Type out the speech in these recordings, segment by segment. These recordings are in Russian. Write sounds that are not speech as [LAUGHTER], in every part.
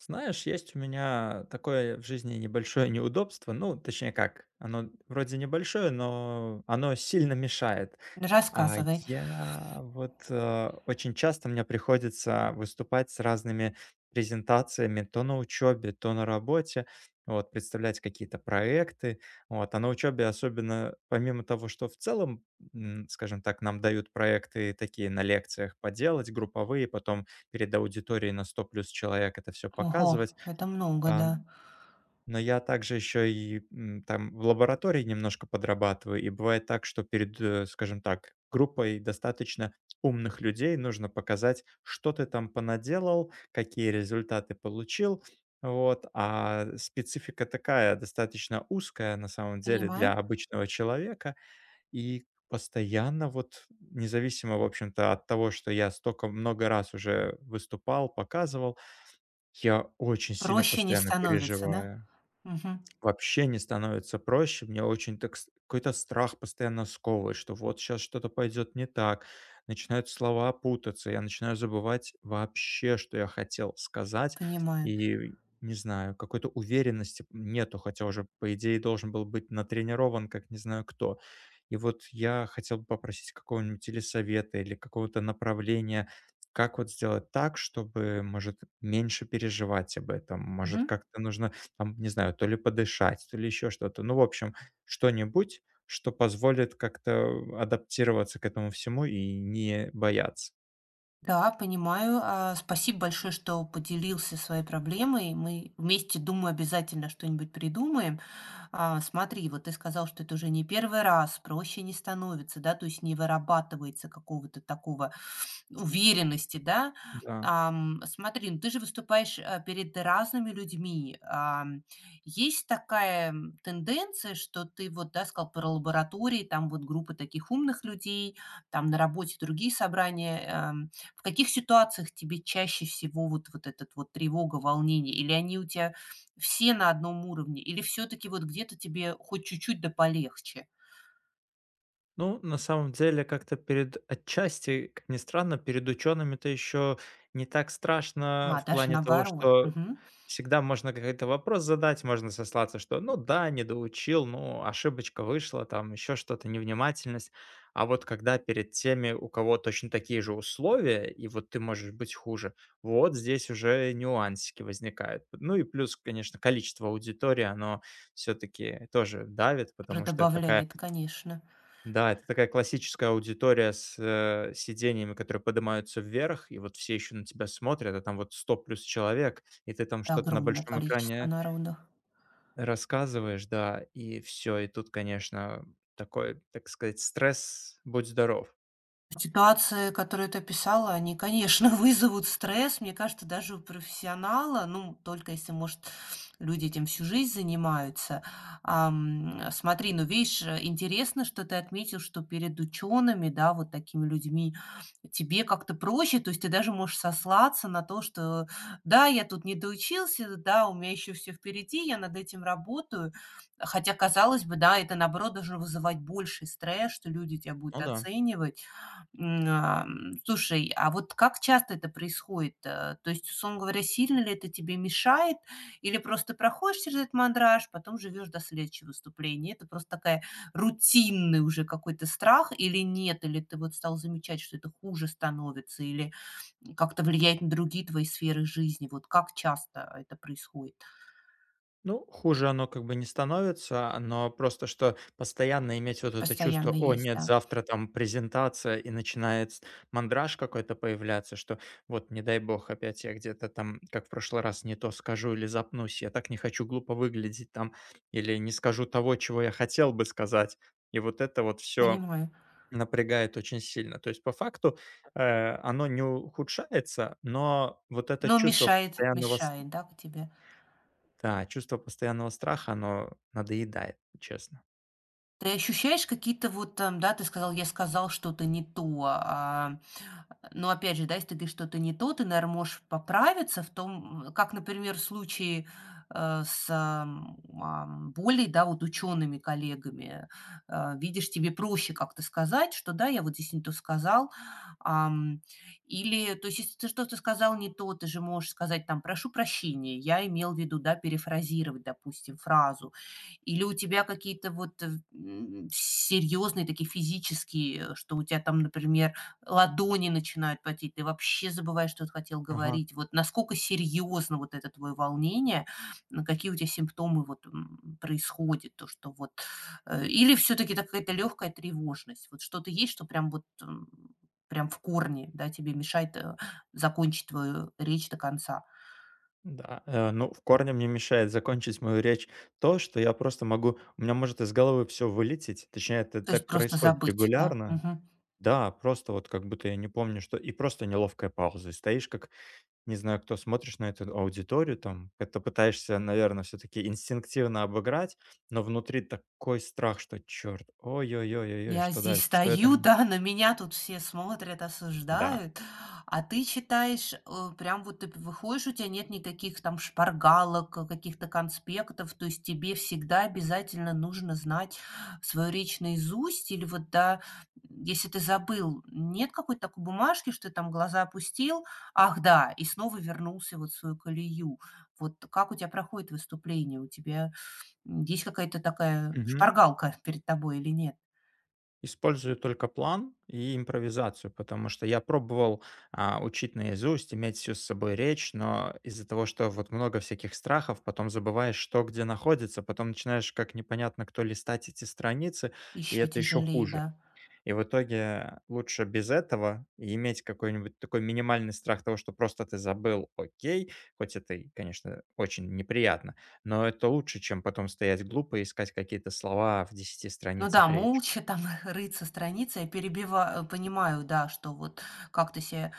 Знаешь, есть у меня такое в жизни небольшое неудобство. Ну, точнее как, оно вроде небольшое, но оно сильно мешает. А Рассказывай. я вот, очень часто мне приходится выступать с разными презентациями то на учебе, то на работе, вот, представлять какие-то проекты, вот. А на учебе особенно, помимо того, что в целом, скажем так, нам дают проекты такие на лекциях поделать, групповые, потом перед аудиторией на 100 плюс человек это все Ого, показывать. это много, А да. но я также еще и, там в лаборатории немножко подрабатываю, и бывает так, что перед, скажем так, группой достаточно умных людей нужно показать, что ты там понаделал, какие результаты получил. Вот, а специфика такая, достаточно узкая на самом деле для Понимаю. обычного человека, и постоянно вот, независимо, в общем-то, от того, что я столько много раз уже выступал, показывал, я очень сильно Проще не постоянно становится, да? переживаю. Мгм. Вообще не становится проще. Мне очень так с какой-то страх постоянно сковывает, что вот сейчас что-то пойдет не так. Начинают слова путаться, я начинаю забывать вообще, что я хотел сказать. Понимаю. И не знаю, какой-то уверенности нету, хотя уже, по идее, должен был быть натренирован, как не знаю кто. И вот я хотел бы попросить какого-нибудь или совета, или какого-то направления, как вот сделать так, чтобы, может, меньше переживать об этом. Может, Мгм. как-то нужно там, не знаю, то ли подышать, то ли еще что-то. Ну, в общем, что-нибудь, что позволит как-то адаптироваться к этому всему и не бояться. Да, понимаю. Спасибо большое, что поделился своей проблемой. Мы вместе, думаю, обязательно что-нибудь придумаем. Смотри, вот ты сказал, что это уже не первый раз, проще не становится, да, то есть не вырабатывается какого-то такого уверенности, да. Да. Смотри, ну ты же выступаешь перед разными людьми. Есть такая тенденция, что ты вот, да, сказал про лаборатории, там вот группы таких умных людей, там на работе другие собрания. В каких ситуациях тебе чаще всего вот этот вот тревога, волнение? Или они у тебя все на одном уровне или все таки вот где-то тебе хоть чуть-чуть, да полегче? Ну, на самом деле, как-то перед отчасти, как ни странно, перед учеными-то еще не так страшно в Даже плане того, наоборот, что мгм. всегда можно какой-то вопрос задать, можно сослаться, что ну да, не доучил, ну ошибочка вышла, там еще что-то, невнимательность. А вот когда перед теми, у кого точно такие же условия, и вот ты можешь быть хуже, вот здесь уже нюансики возникают. Ну и плюс, конечно, количество аудитории, оно все-таки тоже давит, Тоже потому что это такая добавляет, конечно, да, это такая классическая аудитория с, сиденьями, которые поднимаются вверх, и вот все еще на тебя смотрят, а там вот 100 плюс человек, и ты там что-то на огромное большом количество экране народу. рассказываешь, да, и все, и тут, конечно, такой, так сказать, стресс, будь здоров. Ситуации, которые ты описала, они, конечно, [LAUGHS] вызовут стресс, мне кажется, даже у профессионала, ну, только если, может, люди этим всю жизнь занимаются. Смотри, ну, видишь, интересно, что ты отметил, что перед учеными, да, вот такими людьми тебе как-то проще, то есть ты даже можешь сослаться на то, что, да, я тут не доучился, да, у меня еще все впереди, я над этим работаю. Хотя, казалось бы, да, это, наоборот, должно вызывать больший стресс, что люди тебя будут Ну да. оценивать. Слушай, а вот как часто это происходит? То есть, условно говоря, сильно ли это тебе мешает? Или просто проходишь через этот мандраж, потом живешь до следующего выступления? Это просто такая рутинный уже какой-то страх или нет? Или ты вот стал замечать, что это хуже становится или как-то влияет на другие твои сферы жизни? Вот как часто это происходит? Ну, хуже оно как бы не становится, но просто что постоянно иметь вот это чувство: Постоянно "О есть, нет, да? завтра там презентация", и начинает с мандраж какой-то появляться, что вот не дай бог опять я где-то там, как в прошлый раз, не то скажу или запнусь, я так не хочу глупо выглядеть там, или не скажу того, чего я хотел бы сказать. И вот это вот все Понимаю. напрягает очень сильно. То есть по факту, оно не ухудшается, но вот это Но чувство мешает, постоянного. мешает, да, к тебе? Да, чувство постоянного страха, оно надоедает, честно. Ты ощущаешь какие-то вот, там, да, ты сказал, я сказал что-то не то. Но опять же, да, если ты что-то не то, ты, наверное, можешь поправиться в том, как, например, в случае с более, да, вот учеными коллегами, видишь, тебе проще как-то сказать, что да, я вот здесь не то сказал, ам, или, то есть, если ты что-то сказал не то, ты же можешь сказать там, прошу прощения, я имел в виду, да, перефразировать, допустим, фразу, или у тебя какие-то вот серьезные такие физические, что у тебя там, например, ладони начинают потеть, ты вообще забываешь, что ты хотел Ага. говорить. Вот насколько серьезно вот это твое волнение, какие у тебя симптомы вот, происходят, то, что вот, или все-таки это какая-то легкая тревожность? Вот что-то есть, что прям вот, прям в корне, да, тебе мешает, закончить твою речь до конца? Да, ну, в корне мне мешает закончить мою речь то, что я просто могу у меня может из головы все вылететь. Точнее, это То есть так просто происходит забыть, да? регулярно. Мгм. Да, просто вот как будто я не помню, что и просто неловкая пауза. И стоишь как не знаю кто, смотришь на эту аудиторию там, это пытаешься, наверное, все таки инстинктивно обыграть, но внутри такой страх, что: "Черт, ой ой ой ой Я что здесь дальше, что я стою, [LAUGHS] там". да, на меня тут все смотрят, Да. осуждают, а ты читаешь, прям вот ты выходишь, у тебя нет никаких там шпаргалок, каких-то конспектов, то есть тебе всегда обязательно нужно знать свою речь наизусть или вот, да, если ты забыл, нет какой-то такой бумажки, что ты там глаза опустил, ах да, и снова вернулся вот в свою колею. Вот как у тебя проходит выступление? У тебя, есть какая-то такая Мгм. шпаргалка перед тобой или нет? Использую только план и импровизацию, потому что я пробовал, учить наизусть, иметь всю с собой речь, но из-за того, что вот много всяких страхов, потом забываешь, что где находится, потом начинаешь как непонятно кто листать эти страницы, и Еще это еще тяжелее, хуже. да. И в итоге лучше без этого и иметь какой-нибудь такой минимальный страх того, что просто ты забыл, окей, хоть это и, конечно, очень неприятно, но это лучше, чем потом стоять глупо и искать какие-то слова в десяти Ну да, страницах речи. молча там [LAUGHS] рыться страницы. Понимаю, да, что вот как ты себя,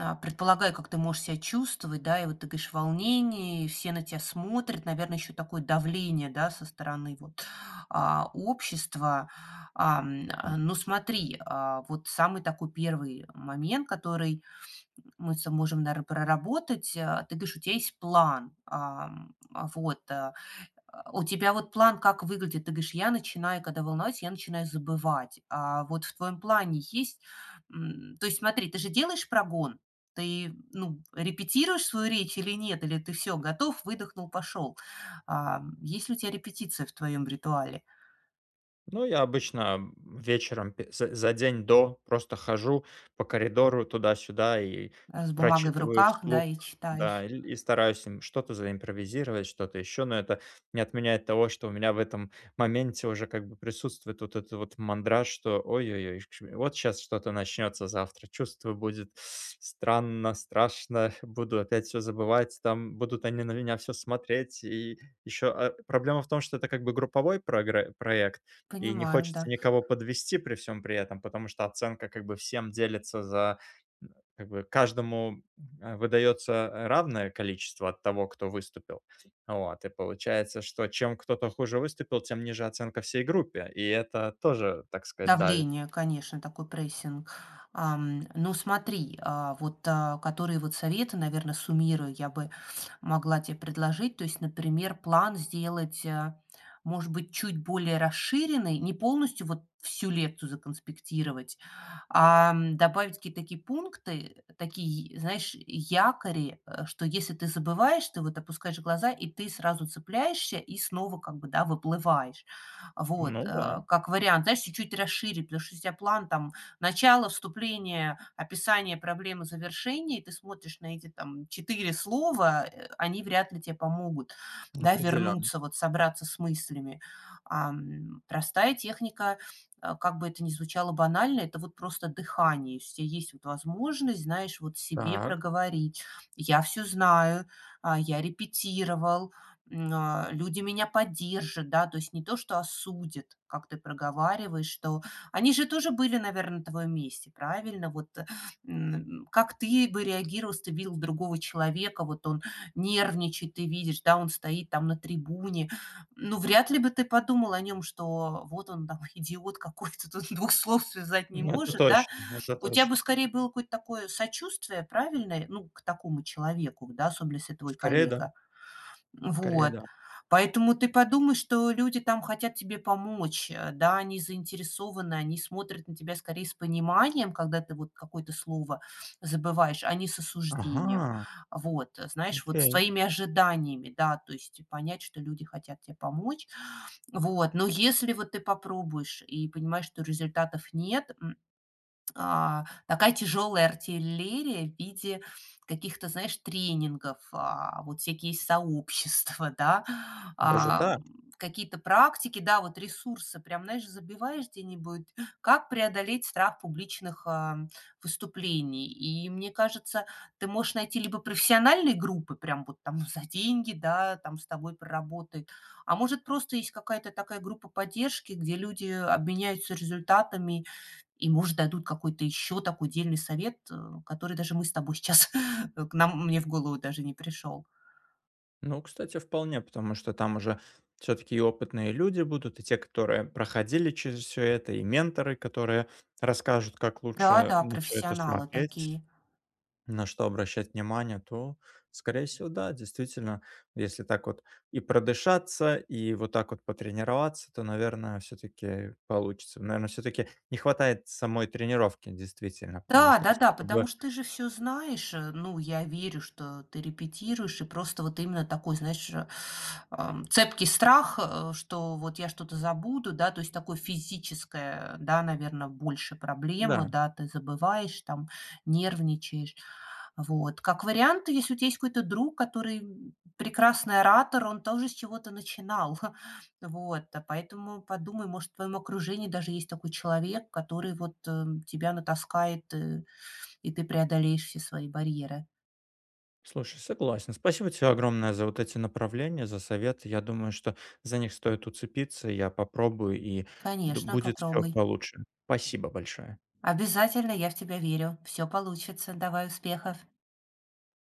предполагаю, как ты можешь себя чувствовать, да, и вот ты говоришь волнение, и все на тебя смотрят, наверное, еще такое давление, да, со стороны вот общества. Ну смотри, вот самый такой первый момент, который мы с тобой можем, наверное, проработать. Ты говоришь, у тебя есть план, ам, а, вот, а, У тебя вот план как выглядит? Ты говоришь: "Я начинаю, когда волнуюсь, я начинаю забывать". А вот в твоем плане есть, то есть смотри, ты же делаешь прогон, ты, ну, репетируешь свою речь или нет? Или ты все готов, выдохнул, пошел? Есть ли у тебя репетиция в твоем ритуале? Ну, я обычно вечером за день до просто хожу по коридору туда-сюда и С бумагой в прочитываю руках, да, вслух, и да, читаешь. И стараюсь им что-то заимпровизировать, что-то еще, но это не отменяет того, что у меня в этом моменте уже как бы присутствует вот этот вот мандраж, что ой-ой-ой, вот сейчас что-то начнется завтра, чувство будет странно, страшно, [LAUGHS] буду опять все забывать, там будут они на меня все смотреть, и еще проблема в том, что это как бы групповой проект, и не Понимаю, хочется да. никого подвести при всем при этом, потому что оценка как бы всем делится за м, как бы каждому, выдается равное количество от того, кто выступил. Вот, и получается, что чем кто-то хуже выступил, тем ниже оценка всей группе, и это тоже, так сказать, давит. Давление, конечно, такой прессинг. Ну смотри, вот, которые вот советы, наверное, суммирую, я бы могла тебе предложить. То есть, например, план сделать, может быть, чуть более расширенный, не полностью вот всю лекцию законспектировать, добавить какие-то такие пункты, такие, знаешь, якори, что если ты забываешь, ты вот опускаешь глаза, и ты сразу цепляешься и снова как бы, да, выплываешь. Вот, Ну да, как вариант, знаешь, чуть-чуть расширить, потому что у тебя план там начало, вступление, описание проблемы, завершение, и ты смотришь на эти там четыре слова, они вряд ли тебе помогут, да, определенно. вернуться, вот собраться с мыслями. Простая техника, как бы это ни звучало банально, это вот просто дыхание. Если у тебя есть вот возможность, знаешь, вот себе Так, проговорить: "Я все знаю, я репетировал, люди меня поддержат", да. То есть не то, что осудят, как ты проговариваешь, что они же тоже были, наверное, на твоем месте, правильно? Вот, как ты бы реагировал, если ты видел другого человека, вот он нервничает, ты видишь, да, он стоит там на трибуне. Ну, вряд ли бы ты подумал о нем, что вот он там [LAUGHS] идиот какой-то, тут 2 слов связать не ну это может, да. точно, это У тебя точно. бы скорее было какое-то такое сочувствие, правильное, ну, к такому человеку, да, особенно если твой Скорее да, коллега. скорее Вот. да. Поэтому ты подумай, что люди там хотят тебе помочь, да, они заинтересованы, они смотрят на тебя скорее с пониманием, когда ты вот какое-то слово забываешь, а не с осуждением. Ага, Вот, знаешь, вот с окей, твоими ожиданиями, да, то есть понять, что люди хотят тебе помочь. Вот, но если вот ты попробуешь и понимаешь, что результатов нет, такая тяжелая артиллерия в виде каких-то, знаешь, тренингов, вот всякие сообщества, [LAUGHS] да, даже так. Какие-то практики, да, вот ресурсы, прям, знаешь, забиваешь где-нибудь, как преодолеть страх публичных выступлений. И мне кажется, ты можешь найти либо профессиональные группы, прям вот там [LAUGHS] за деньги, да, там с тобой проработают, а может, просто есть какая-то такая группа поддержки, где люди обменяются результатами и, может, дадут какой-то еще такой дельный совет, который даже мы с тобой сейчас, [LAUGHS] к нам мне в голову даже не пришел. Ну, кстати, вполне, потому что там уже все-таки и опытные люди будут, и те, которые проходили через все это, и менторы, которые расскажут, как лучше Да-да, на все это профессионалы смотреть, такие. на что обращать внимание, то, скорее всего, да, действительно, если так вот и продышаться, и вот так вот потренироваться, то, наверное, все-таки получится. Наверное, все-таки не хватает самой тренировки, действительно, потому Да, что да-да, сколько потому бы, что ты же все знаешь. Ну, я верю, что ты репетируешь, и просто вот именно такой, знаешь, цепкий страх, что вот я что-то забуду, да, то есть такое физическое, да, наверное, больше проблема, да. да, ты забываешь, там, нервничаешь. Вот. Как вариант, если у тебя есть какой-то друг, который прекрасный оратор, он тоже с чего-то начинал. [LAUGHS] Вот, а поэтому подумай, может, в твоем окружении даже есть такой человек, который вот, тебя натаскает, и ты преодолеешь все свои барьеры. Слушай, согласен. Спасибо тебе огромное за вот эти направления, за советы. Я думаю, что за них стоит уцепиться. Я попробую, и Конечно, будет все попробуй. получше. Спасибо большое. Обязательно, я в тебя верю. Все получится. Давай успехов.